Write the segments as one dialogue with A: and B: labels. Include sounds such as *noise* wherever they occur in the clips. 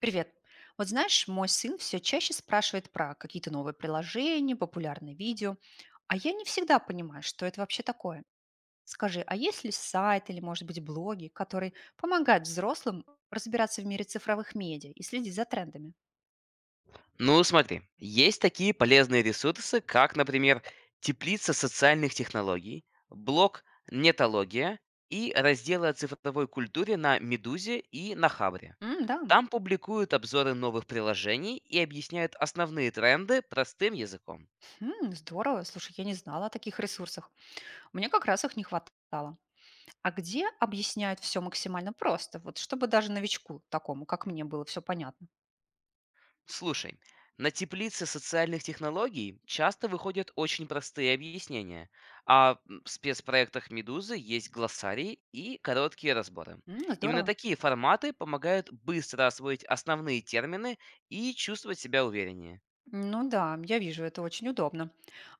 A: Привет. Вот знаешь, мой сын все чаще спрашивает про какие-то новые приложения, популярные видео, а я не всегда понимаю, что это вообще такое. Скажи, а есть ли сайт или, может быть, блоги, которые помогают взрослым разбираться в мире цифровых медиа и следить за трендами?
B: Ну, смотри, есть такие полезные ресурсы, как, например, теплица социальных технологий, блог «Нетология» и разделы о цифровой культуре на «Медузе» и на «Хабре».
A: М, да.
B: Там публикуют обзоры новых приложений и объясняют основные тренды простым языком.
A: М, здорово. Слушай, я не знала о таких ресурсах. Мне как раз их не хватало. А где объясняют все максимально просто, вот чтобы даже новичку такому, как мне, было все понятно?
B: Слушай, на теплице социальных технологий часто выходят очень простые объяснения, в спецпроектах «Медузы» есть глоссарии и короткие разборы.
A: М,
B: Именно
A: здорово.
B: такие форматы помогают быстро освоить основные термины и чувствовать себя увереннее.
A: Ну да, я вижу, это очень удобно.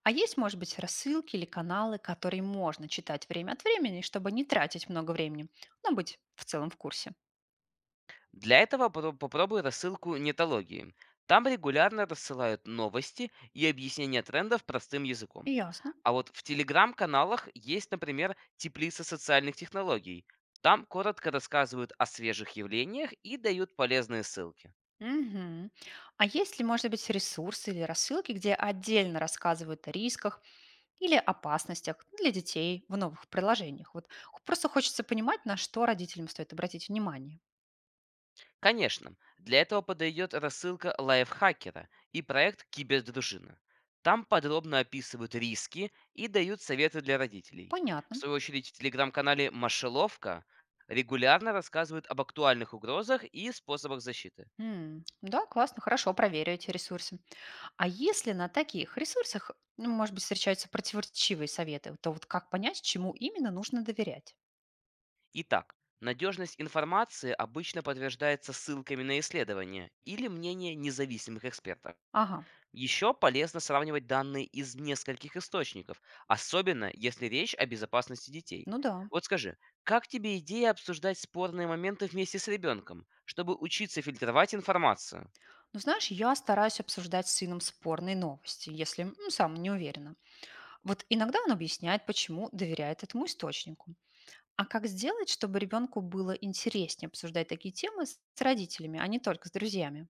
A: А есть, может быть, рассылки или каналы, которые можно читать время от времени, чтобы не тратить много времени, но быть в целом в курсе?
B: Для этого попробуй рассылку нетологии. Там регулярно рассылают новости и объяснения трендов простым языком.
A: Ясно.
B: А вот в телеграм-каналах есть, например, теплица социальных технологий. Там коротко рассказывают о свежих явлениях и дают полезные ссылки.
A: Мгм. А есть ли, может быть, ресурсы или рассылки, где отдельно рассказывают о рисках или опасностях для детей в новых приложениях? Просто хочется понимать, на что родителям стоит обратить внимание.
B: Конечно, для этого подойдет рассылка лайфхакера и проект Кибердружина. Там подробно описывают риски и дают советы для родителей. В
A: Понятно.
B: свою очередь в телеграм-канале Машеловка регулярно рассказывают об актуальных угрозах и способах защиты.
A: М, да, классно, хорошо, проверю эти ресурсы. А если на таких ресурсах, ну, может быть, встречаются противоречивые советы, то вот как понять, чему именно нужно доверять?
B: Итак, надежность информации обычно подтверждается ссылками на исследования или мнение независимых экспертов.
A: Ага,
B: Еще полезно сравнивать данные из нескольких источников, особенно если речь о безопасности
A: ну
B: детей.
A: да.
B: Вот скажи, как тебе идея обсуждать спорные моменты вместе с ребенком, чтобы учиться фильтровать информацию?
A: Ну, знаешь, я стараюсь обсуждать с сыном спорные новости, если ну, сам не уверена. Вот иногда он объясняет, почему доверяет этому источнику. А как сделать, чтобы ребенку было интереснее обсуждать такие темы с родителями, а не только с друзьями?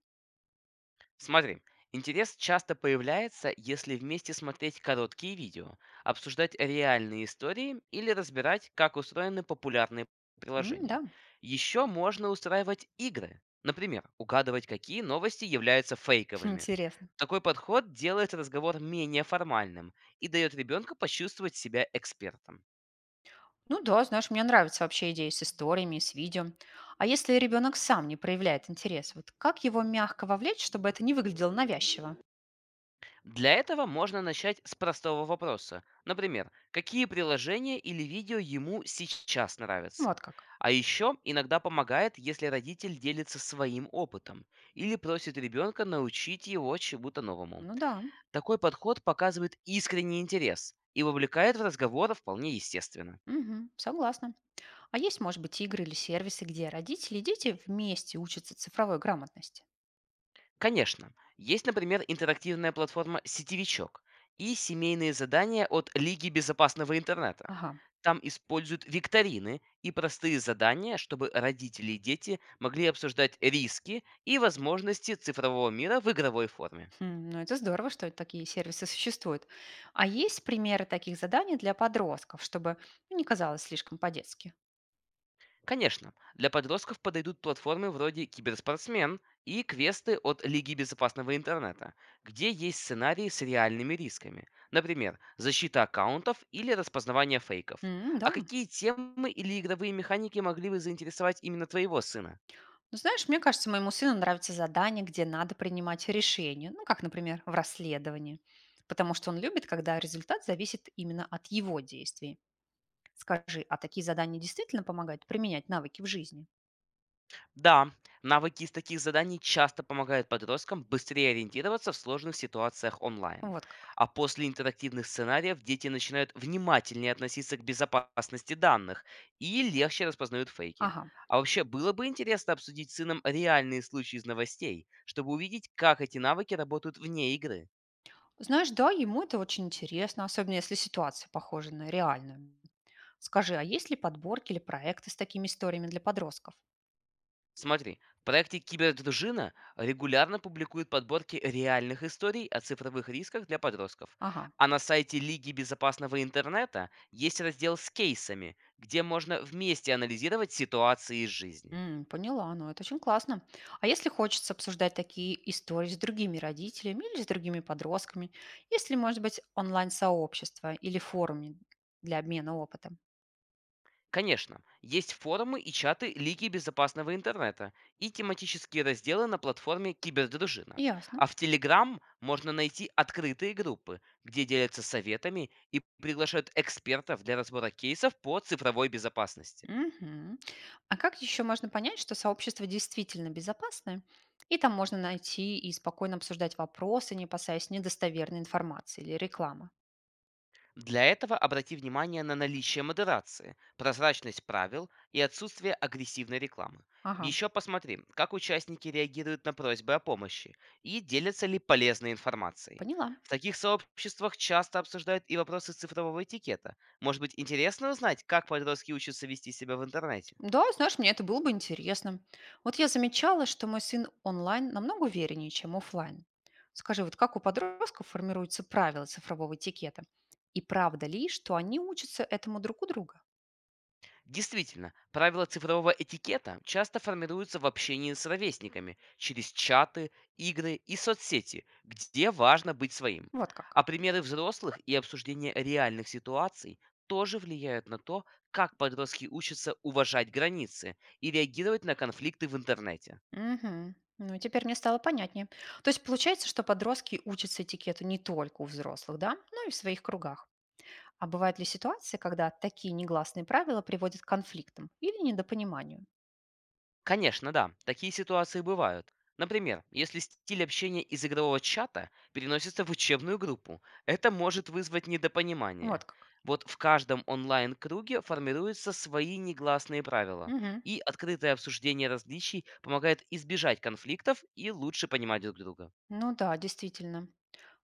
B: Смотри, интерес часто появляется, если вместе смотреть короткие видео, обсуждать реальные истории или разбирать, как устроены популярные
A: М, да.
B: приложения. Еще можно устраивать игры, например, угадывать, какие новости являются
A: *laughs*
B: фейковыми.
A: Интересно.
B: Такой подход делает разговор менее формальным и дает ребенку почувствовать себя экспертом.
A: Ну да, знаешь, мне нравится вообще идея с историями, с видео. А если ребенок сам не проявляет интерес, вот как его мягко вовлечь, чтобы это не выглядело навязчиво?
B: Для этого можно начать с простого вопроса. Например, какие приложения или видео ему сейчас
A: Ну
B: нравятся?
A: вот как.
B: А еще иногда помогает, если родитель делится своим опытом или просит ребенка научить его чему-то новому.
A: Ну да,
B: Такой подход показывает искренний интерес и вовлекает в разговор вполне естественно.
A: мгм, согласна. А есть, может быть, игры или сервисы, где родители и дети вместе учатся цифровой грамотности?
B: Конечно. Есть, например, интерактивная платформа «Сетевичок» и семейные задания от Лиги безопасного интернета.
A: Ага.
B: Там используют викторины и простые задания, чтобы родители и дети могли обсуждать риски и возможности цифрового мира в игровой форме.
A: Хм, ну это здорово, что такие сервисы существуют. А есть примеры таких заданий для подростков, чтобы ну, не казалось слишком по-детски?
B: Конечно, для подростков подойдут платформы вроде «Киберспортсмен» и квесты от Лиги безопасного интернета, где есть сценарии с реальными рисками. Например, защита аккаунтов или распознавание фейков.
A: М,
B: А
A: да.
B: какие темы или игровые механики могли бы заинтересовать именно твоего сына?
A: Ну, знаешь, мне кажется, моему сыну нравятся задания, где надо принимать решения. Ну, как, например, в расследовании. Потому что он любит, когда результат зависит именно от его действий. Скажи, а такие задания действительно помогают применять навыки в жизни?
B: Да, навыки из таких заданий часто помогают подросткам быстрее ориентироваться в сложных ситуациях
A: Ну,
B: онлайн.
A: вот как.
B: А после интерактивных сценариев дети начинают внимательнее относиться к безопасности данных и легче распознают фейки.
A: Ага.
B: А вообще, было бы интересно обсудить с сыном реальные случаи из новостей, чтобы увидеть, как эти навыки работают вне игры.
A: Знаешь, да, ему это очень интересно, особенно если ситуация похожа на реальную. Скажи, а есть ли подборки или проекты с такими историями для подростков?
B: Смотри, в проекте «Кибердружина» регулярно публикуют подборки реальных историй о цифровых рисках для подростков.
A: Ага.
B: А на сайте Лиги безопасного интернета есть раздел с кейсами, где можно вместе анализировать ситуации из жизни.
A: М, поняла, ну это очень классно. А если хочется обсуждать такие истории с другими родителями или с другими подростками, есть ли, может быть, онлайн-сообщество или форумы для обмена опытом?
B: Конечно, есть форумы и чаты Лиги безопасного интернета и тематические разделы на платформе Кибердружина.
A: Ясно.
B: А в Телеграм можно найти открытые группы, где делятся советами и приглашают экспертов для разбора кейсов по цифровой безопасности.
A: Мгм. А как еще можно понять, что сообщество действительно безопасное, и там можно найти и спокойно обсуждать вопросы, не опасаясь недостоверной информации или рекламы?
B: Для этого обрати внимание на наличие модерации, прозрачность правил и отсутствие агрессивной рекламы.
A: Ага,
B: Еще посмотри, как участники реагируют на просьбы о помощи и делятся ли полезной информацией.
A: поняла.
B: В таких сообществах часто обсуждают и вопросы цифрового этикета. Может быть, интересно узнать, как подростки учатся вести себя в интернете?
A: Да, знаешь, мне это было бы интересно. Вот я замечала, что мой сын онлайн намного увереннее, чем оффлайн. Скажи, вот как у подростков формируются правила цифрового этикета? И правда ли, что они учатся этому друг у друга?
B: Действительно, правила цифрового этикета часто формируются в общении с ровесниками через чаты, игры и соцсети, где важно быть своим.
A: Вот как.
B: А примеры взрослых и обсуждение реальных ситуаций тоже влияют на то, как подростки учатся уважать границы и реагировать на конфликты в интернете.
A: Угу. Ну, теперь мне стало понятнее. То есть получается, что подростки учатся этикету не только у взрослых, да, но и в своих кругах. А бывают ли ситуации, когда такие негласные правила приводят к конфликтам или недопониманию?
B: Конечно, да, такие ситуации бывают. Например, если стиль общения из игрового чата переносится в учебную группу, это может вызвать недопонимание.
A: Вот как.
B: Вот в каждом онлайн-круге формируются свои негласные правила,
A: Угу.
B: и открытое обсуждение различий помогает избежать конфликтов и лучше понимать друг друга.
A: Ну да, действительно.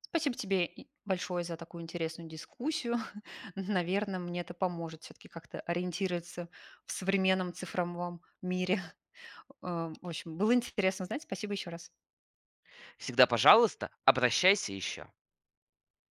A: Спасибо тебе и большое за такую интересную дискуссию. *laughs* Наверное, мне это поможет все-таки как-то ориентироваться в современном цифровом мире. *laughs* В общем, было интересно знать. Спасибо еще раз.
B: Всегда, пожалуйста, обращайся еще.